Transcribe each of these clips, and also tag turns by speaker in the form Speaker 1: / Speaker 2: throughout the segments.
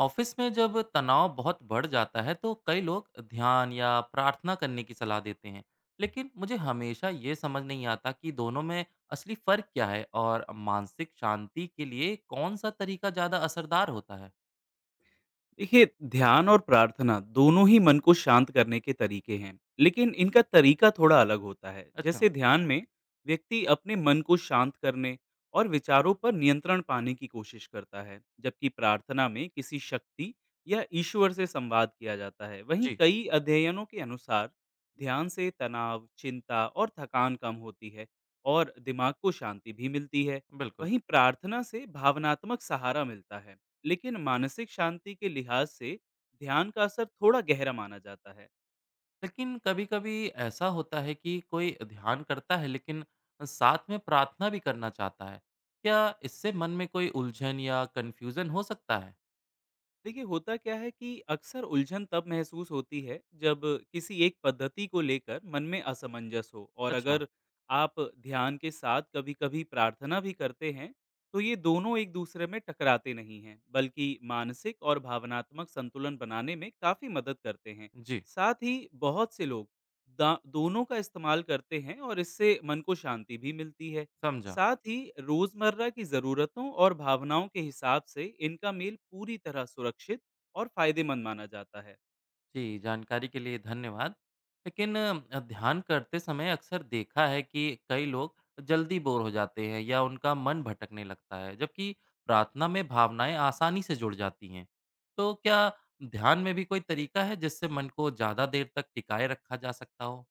Speaker 1: Office में जब तनाव बहुत बढ़ जाता है तो कई लोग ध्यान या प्रार्थना करने की सलाह देते हैं। लेकिन मुझे हमेशा ये समझ नहीं आता कि दोनों में असली फर्क क्या है और मानसिक शांति के लिए कौन सा तरीका ज़्यादा असरदार होता है।
Speaker 2: देखिए, ध्यान और प्रार्थना दोनों ही मन को शांत करने के तरीके हैं, लेकिन इनका तरीका थोड़ा अलग होता है।
Speaker 1: अच्छा।
Speaker 2: जैसे ध्यान में व्यक्ति अपने मन को शांत करने और विचारों पर नियंत्रण पाने की कोशिश करता है, जबकि प्रार्थना में किसी शक्ति या ईश्वर से संवाद किया जाता है। वहीं
Speaker 1: जी।
Speaker 2: कई अध्ययनों के अनुसार ध्यान से तनाव, चिंता और थकान कम होती है और दिमाग को शांति भी मिलती है।
Speaker 1: बिल्कुल।
Speaker 2: वहीं प्रार्थना से भावनात्मक सहारा मिलता है, लेकिन मानसिक शांति के लिहाज से ध्यान का असर थोड़ा गहरा माना जाता है।
Speaker 1: लेकिन कभी-कभी ऐसा होता है कि कोई ध्यान करता है लेकिन साथ में प्रार्थना भी करना चाहता है, क्या इससे मन में कोई उलझन या कन्फ्यूज़न हो सकता है?
Speaker 2: देखिए, होता क्या है कि अक्सर उलझन तब महसूस होती है जब किसी एक पद्धति को लेकर मन में असमंजस हो, और
Speaker 1: अच्छा।
Speaker 2: अगर आप ध्यान के साथ कभी-कभी प्रार्थना भी करते हैं तो ये दोनों एक दूसरे में टकराते नहीं हैं, बल्कि मानसिक और भावनात्मक संतुलन बनाने में काफी मदद करते हैं।
Speaker 1: जी।
Speaker 2: साथ ही बहुत से लोग दोनों का इस्तेमाल करते हैं और इससे मन को शांति भी मिलती है।
Speaker 1: समझा।
Speaker 2: साथ ही रोजमर्रा की जरूरतों और भावनाओं के हिसाब से इनका मेल पूरी तरह सुरक्षित और फायदेमंद माना जाता है।
Speaker 1: जी, जानकारी के लिए धन्यवाद। लेकिन ध्यान करते समय अक्सर देखा है कि कई लोग जल्दी बोर हो जाते हैं या उनका मन भटकने लगता है, जबकि प्रार्थना में भावनाएं आसानी से जुड़ जाती हैं। तो क्या ध्यान में भी कोई तरीका है जिससे मन को ज़्यादा देर तक टिकाए रखा जा सकता हो?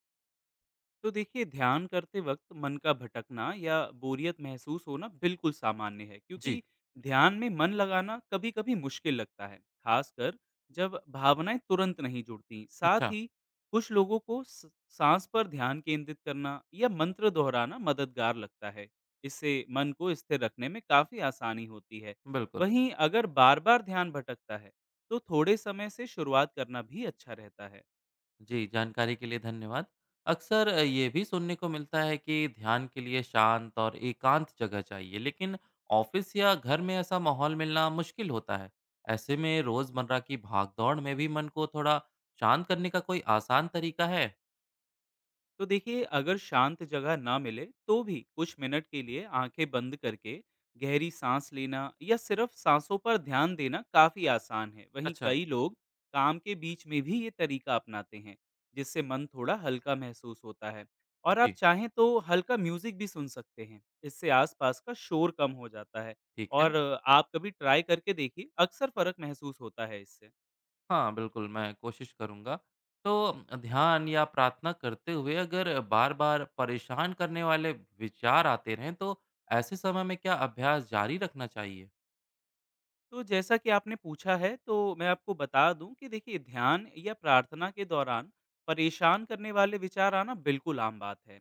Speaker 2: तो देखिए, ध्यान करते वक्त मन का भटकना या बोरियत महसूस होना बिल्कुल सामान्य है,
Speaker 1: जी,
Speaker 2: क्योंकि ध्यान में मन लगाना कभी-कभी मुश्किल लगता है, खासकर जब भावनाएं तुरंत नहीं जुड़ती। साथ
Speaker 1: अच्छा,
Speaker 2: ही कुछ लोगों को सांस पर ध्यान केंद्रित करना या मंत्र दोहराना मददगार लगता है। इससे मन को स्थिर रखने में काफी आसानी होती है।
Speaker 1: बिल्कुल।
Speaker 2: वहीं अगर बार-बार ध्यान भटकता है तो थोड़े समय से शुरुआत करना भी अच्छा रहता है।
Speaker 1: जी, जानकारी के लिए धन्यवाद। अक्सर ये भी सुनने को मिलता है कि ध्यान के लिए शांत और एकांत जगह चाहिए, लेकिन ऑफ़िस या घर में ऐसा माहौल मिलना मुश्किल होता है। ऐसे में रोज़मर्रा की भागदौड़ में भी मन को थोड़ा शांत करने का कोई आसान तरीका है?
Speaker 2: तो देखिए, अगर शांत जगह ना मिले तो भी कुछ मिनट के लिए आंखें बंद करके गहरी सांस लेना या सिर्फ सांसों पर ध्यान देना काफी आसान है। वहीं
Speaker 1: अच्छा,
Speaker 2: कई लोग काम के बीच में भी ये तरीका अपनाते हैं, जिससे मन थोड़ा हल्का महसूस होता है। और आप
Speaker 1: जी,
Speaker 2: चाहें तो हल्का म्यूजिक भी सुन सकते हैं, इससे आसपास का शोर कम हो जाता है।
Speaker 1: ठीक है।
Speaker 2: और आप कभी ट्राई करके देखिए, अक्सर फर्क महसूस होता है इससे।
Speaker 1: हाँ, बिल्कुल, मैं कोशिश करूँगा। तो ध्यान या प्रार्थना करते हुए अगर बार-बार परेशान करने वाले विचार आते रहें, तो ऐसे समय में क्या अभ्यास जारी रखना चाहिए?
Speaker 2: तो जैसा कि आपने पूछा है तो मैं आपको बता दूं कि देखिए, ध्यान या प्रार्थना के दौरान परेशान करने वाले विचार आना बिल्कुल आम बात है,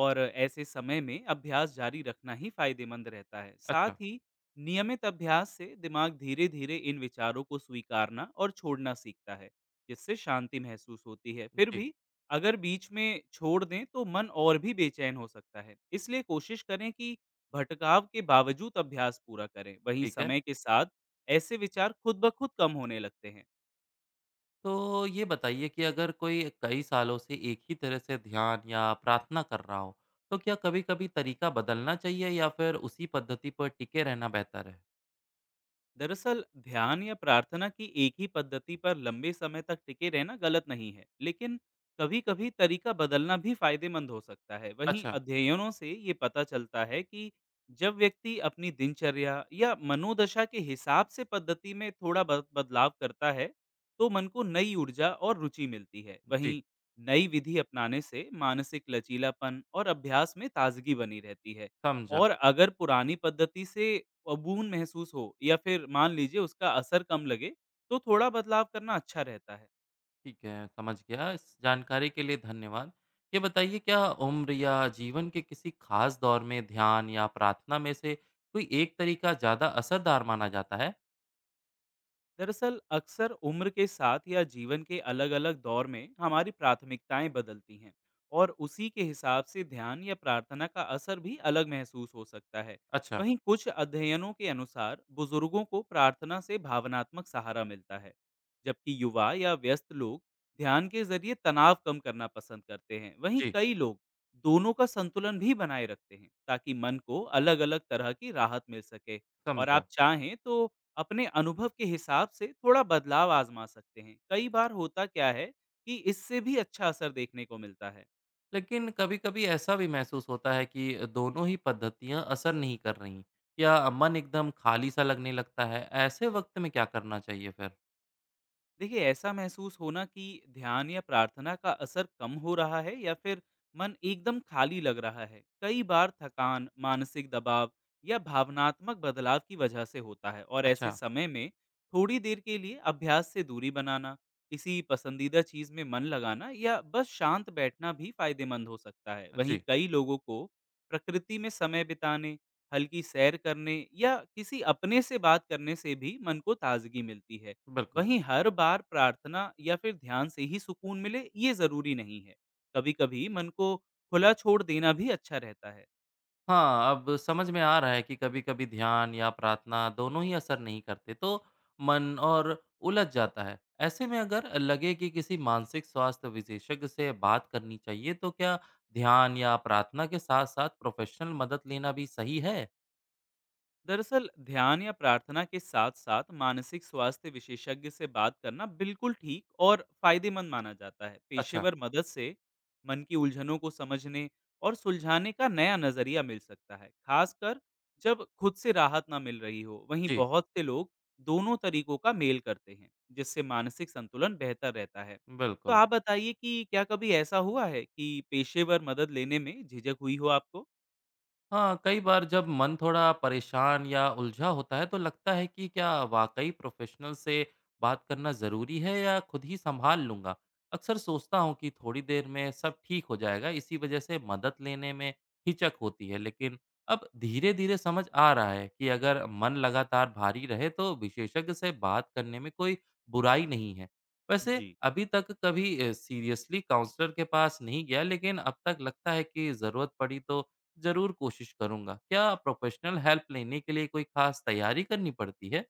Speaker 2: और ऐसे समय में अभ्यास जारी रखना ही फायदेमंद रहता है। साथ
Speaker 1: अच्छा।
Speaker 2: ही नियमित अभ्यास से दिमाग धीरे धीरे इन विचारों को स्वीकारना और छोड़ना सीखता है, जिससे शांति महसूस होती है। फिर
Speaker 1: जी,
Speaker 2: भी अगर बीच में छोड़ दें तो मन और भी बेचैन हो सकता है, इसलिए कोशिश करें कि भटकाव के बावजूद अभ्यास पूरा करें। वहीं
Speaker 1: ठीक है।
Speaker 2: समय के साथ ऐसे विचार खुद ब खुद कम होने लगते हैं।
Speaker 1: तो ये बताइए कि अगर कोई कई सालों से एक ही तरह से ध्यान या प्रार्थना कर रहा हो, तो क्या कभी-कभी तरीका बदलना चाहिए या फिर उसी पद्धति पर टिके रहना बेहतर है?
Speaker 2: दरअसल ध्यान या प्रार्थना की एक ही पद्धति पर लंबे समय तक टिके रहना गलत नहीं है, लेकिन कभी कभी तरीका बदलना भी फायदेमंद हो सकता है। वहीं
Speaker 1: अच्छा,
Speaker 2: अध्ययनों से ये पता चलता है कि जब व्यक्ति अपनी दिनचर्या या मनोदशा के हिसाब से पद्धति में थोड़ा बदलाव करता है तो मन को नई ऊर्जा और रुचि मिलती है।
Speaker 1: जी,
Speaker 2: वहीं नई विधि अपनाने से मानसिक लचीलापन और अभ्यास में ताजगी बनी रहती है।
Speaker 1: समझा।
Speaker 2: और अगर पुरानी पद्धति से अ, महसूस हो या फिर मान लीजिए उसका असर कम लगे, तो थोड़ा बदलाव करना अच्छा रहता है।
Speaker 1: ठीक है, समझ गया। इस जानकारी के लिए धन्यवाद। ये बताइए क्या उम्र या जीवन के किसी खास दौर में ध्यान या प्रार्थना में से कोई एक तरीका ज़्यादा असरदार माना जाता है?
Speaker 2: दरअसल अक्सर उम्र के साथ या जीवन के अलग अलग दौर में हमारी प्राथमिकताएं बदलती हैं, और उसी के हिसाब से ध्यान या प्रार्थना का असर भी अलग महसूस हो सकता है।
Speaker 1: अच्छा,
Speaker 2: वहीं कुछ अध्ययनों के अनुसार बुजुर्गों को प्रार्थना से भावनात्मक सहारा मिलता है, जबकि युवा या व्यस्त लोग ध्यान के जरिए तनाव कम करना पसंद करते हैं। वहीं
Speaker 1: जी,
Speaker 2: कई लोग दोनों का संतुलन भी बनाए रखते हैं, ताकि मन को अलग अलग तरह की राहत मिल सके। और आप
Speaker 1: समझा।
Speaker 2: चाहें तो अपने अनुभव के हिसाब से थोड़ा बदलाव आजमा सकते हैं। कई बार होता क्या है कि इससे भी अच्छा असर देखने को मिलता है।
Speaker 1: लेकिन कभी-कभी ऐसा भी महसूस होता है कि दोनों ही पद्धतियाँ असर नहीं कर रहीं या मन एकदम खाली-सा लगने लगता है। ऐसे वक़्त में क्या करना चाहिए फिर?
Speaker 2: देखिए, ऐसा महसूस होना कि ध्यान या प्रार्थना का असर कम हो रहा है या फिर मन एकदम खाली लग रहा है, कई बार थकान, मानसिक दबाव या भावनात्मक बदलाव की वजह से होता है। और ऐसे
Speaker 1: अच्छा,
Speaker 2: समय में थोड़ी देर के लिए अभ्यास से दूरी बनाना, किसी पसंदीदा चीज में मन लगाना या बस शांत बैठना भी फायदेमंद हो सकता है। वहीं
Speaker 1: जी,
Speaker 2: कई लोगों को प्रकृति में समय बिताने, हल्की सैर करने या किसी अपने से बात करने से भी मन को ताजगी मिलती है।
Speaker 1: बिल्कुल।
Speaker 2: वहीं हर बार प्रार्थना या फिर ध्यान से ही सुकून मिले, ये जरूरी नहीं है। कभी कभी मन को खुला छोड़ देना भी अच्छा रहता है।
Speaker 1: हाँ, अब समझ में आ रहा है कि कभी-कभी ध्यान या प्रार्थना दोनों ही असर नहीं करते, तो मन और उलझ जाता है। ऐसे में अगर लगे कि किसी मानसिक स्वास्थ्य विशेषज्ञ से बात करनी चाहिए, तो क्या ध्यान या प्रार्थना के साथ-साथ प्रोफ़ेशनल मदद लेना भी सही है?
Speaker 2: दरअसल ध्यान या प्रार्थना के साथ साथ मानसिक स्वास्थ्य विशेषज्ञ से बात करना बिल्कुल ठीक और फायदेमंद माना जाता है।
Speaker 1: अच्छा,
Speaker 2: पेशेवर मदद से मन की उलझनों को समझने और सुलझाने का नया नजरिया मिल सकता है, खासकर जब खुद से राहत ना मिल रही हो। वहीं
Speaker 1: जी,
Speaker 2: बहुत से लोग दोनों तरीकों का मेल करते हैं, जिससे मानसिक संतुलन बेहतर रहता है। तो
Speaker 1: बिल्कुल।
Speaker 2: आप बताइए कि क्या कभी ऐसा हुआ है कि पेशेवर मदद लेने में झिझक हुई हो आपको?
Speaker 1: हाँ, कई बार जब मन थोड़ा परेशान या उलझा होता है तो लगता है कि क्या वाकई प्रोफेशनल से बात करना ज़रूरी है या खुद ही सँभाल लूँगा? अक्सर सोचता हूँ कि थोड़ी देर में सब ठीक हो जाएगा, इसी वजह से मदद लेने में हिचक होती है। लेकिन अब धीरे-धीरे समझ आ रहा है कि अगर मन लगातार भारी रहे तो विशेषज्ञ से बात करने में कोई बुराई नहीं है। वैसे
Speaker 2: जी।
Speaker 1: अभी तक कभी सीरियसली काउंसलर के पास नहीं गया लेकिन अब तक लगता है कि ज़रूरत पड़ी तो ज़रूर कोशिश करूँगा। क्या प्रोफ़ेशनल हेल्प लेने के लिए कोई ख़ास तैयारी करनी पड़ती है?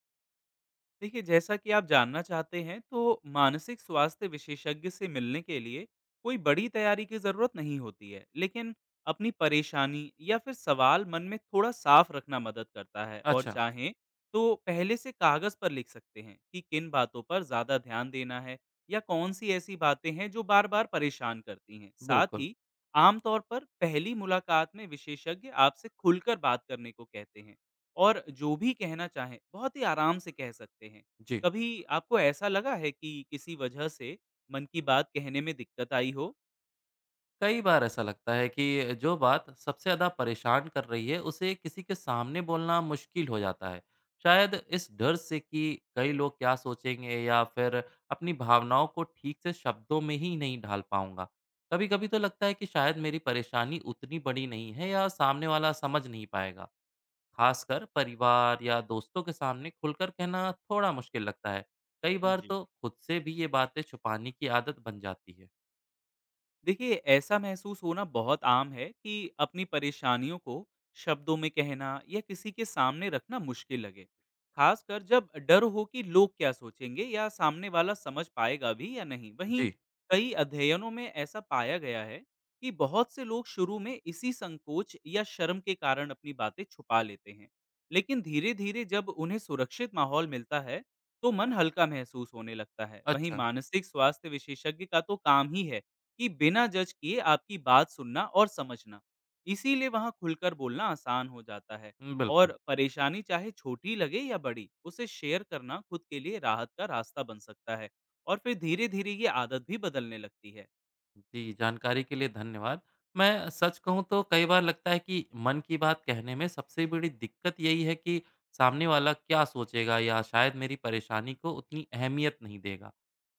Speaker 2: देखिए, जैसा कि आप जानना चाहते हैं तो मानसिक स्वास्थ्य विशेषज्ञ से मिलने के लिए कोई बड़ी तैयारी की ज़रूरत नहीं होती है, लेकिन अपनी परेशानी या फिर सवाल मन में थोड़ा साफ रखना मदद करता है। और
Speaker 1: अच्छा,
Speaker 2: चाहें तो पहले से कागज़ पर लिख सकते हैं कि किन बातों पर ज़्यादा ध्यान देना है या कौन सी ऐसी बातें हैं जो बार बार परेशान करती हैं। साथ
Speaker 1: बिल्कुल,
Speaker 2: ही आमतौर पर पहली मुलाकात में विशेषज्ञ आपसे खुलकर बात करने को कहते हैं, और जो भी कहना चाहें, बहुत ही आराम से कह सकते हैं।
Speaker 1: जी।
Speaker 2: कभी आपको ऐसा लगा है कि किसी वजह से मन की बात कहने में दिक्कत आई हो?
Speaker 1: कई बार ऐसा लगता है कि जो बात सबसे ज़्यादा परेशान कर रही है, उसे किसी के सामने बोलना मुश्किल हो जाता है। शायद इस डर से कि कई लोग क्या सोचेंगे या फिर अपनी भावनाओं को ठीक से शब्दों में ही नहीं ढाल पाऊँगा। कभी-कभी तो लगता है कि शायद मेरी परेशानी उतनी बड़ी नहीं है या सामने वाला समझ नहीं पाएगा। खासकर परिवार या दोस्तों के सामने खुलकर कहना थोड़ा मुश्किल लगता है। कई बार
Speaker 2: जी।
Speaker 1: तो खुद से भी ये बातें छुपाने की आदत बन जाती है।
Speaker 2: देखिए, ऐसा महसूस होना बहुत आम है कि अपनी परेशानियों को शब्दों में कहना या किसी के सामने रखना मुश्किल लगे, खासकर जब डर हो कि लोग क्या सोचेंगे या सामने वाला समझ पाएगा भी या नहीं। वहीं
Speaker 1: जी।
Speaker 2: कई अध्ययनों में ऐसा पाया गया है कि बहुत से लोग शुरू में इसी संकोच या शर्म के कारण अपनी बातें छुपा लेते हैं, लेकिन धीरे धीरे जब उन्हें सुरक्षित माहौल मिलता है तो मन हल्का महसूस होने लगता है। वहीं
Speaker 1: अच्छा।
Speaker 2: मानसिक स्वास्थ्य विशेषज्ञ का तो काम ही है कि बिना जज किए आपकी बात सुनना और समझना। इसीलिए वहाँ खुलकर बोलना आसान हो जाता है।
Speaker 1: बिल्कुल।
Speaker 2: और परेशानी चाहे छोटी लगे या बड़ी, उसे शेयर करना खुद के लिए राहत का रास्ता बन सकता है, और फिर धीरे-धीरे ये आदत भी बदलने लगती है।
Speaker 1: जी, जानकारी के लिए धन्यवाद। मैं सच कहूँ तो कई बार लगता है कि मन की बात कहने में सबसे बड़ी दिक्कत यही है कि सामने वाला क्या सोचेगा या शायद मेरी परेशानी को उतनी अहमियत नहीं देगा।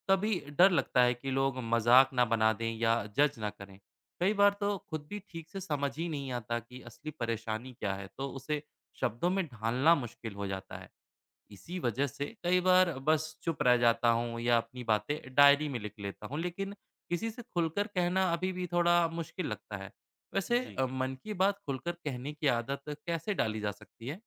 Speaker 1: कभी डर लगता है कि लोग मजाक ना बना दें या जज ना करें। कई बार तो खुद भी ठीक से समझ ही नहीं आता कि असली परेशानी क्या है, तो उसे शब्दों में ढालना मुश्किल हो जाता है। इसी वजह से कई बार बस चुप रह जाता हूँ या अपनी बातें डायरी में लिख लेता हूँ, लेकिन किसी से खुलकर कहना अभी भी थोड़ा मुश्किल लगता है। वैसे
Speaker 2: जी।
Speaker 1: मन की बात खुलकर कहने की आदत कैसे डाली जा सकती है?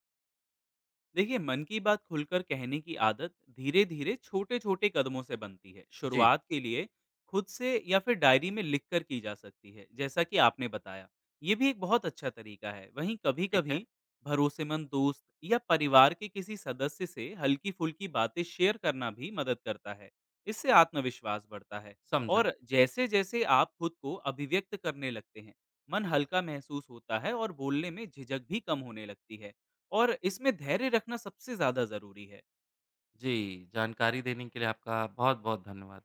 Speaker 2: देखिए, मन की बात खुलकर कहने की आदत धीरे धीरे छोटे छोटे कदमों से बनती है।
Speaker 1: जी,
Speaker 2: शुरुआत के लिए खुद से या फिर डायरी में लिख कर की जा सकती है, जैसा कि आपने बताया, ये भी एक बहुत अच्छा तरीका है। वहीं कभी
Speaker 1: ठीक है।
Speaker 2: कभी भरोसेमंद दोस्त या परिवार के किसी सदस्य से हल्की फुल्की बातें शेयर करना भी मदद करता है, इससे आत्मविश्वास बढ़ता है।
Speaker 1: समझो।
Speaker 2: और जैसे जैसे आप खुद को अभिव्यक्त करने लगते हैं, मन हल्का महसूस होता है और बोलने में झिझक भी कम होने लगती है। और इसमें धैर्य रखना सबसे ज़्यादा ज़रूरी है।
Speaker 1: जी, जानकारी देने के लिए आपका बहुत बहुत धन्यवाद।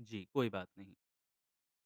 Speaker 2: जी, कोई बात नहीं।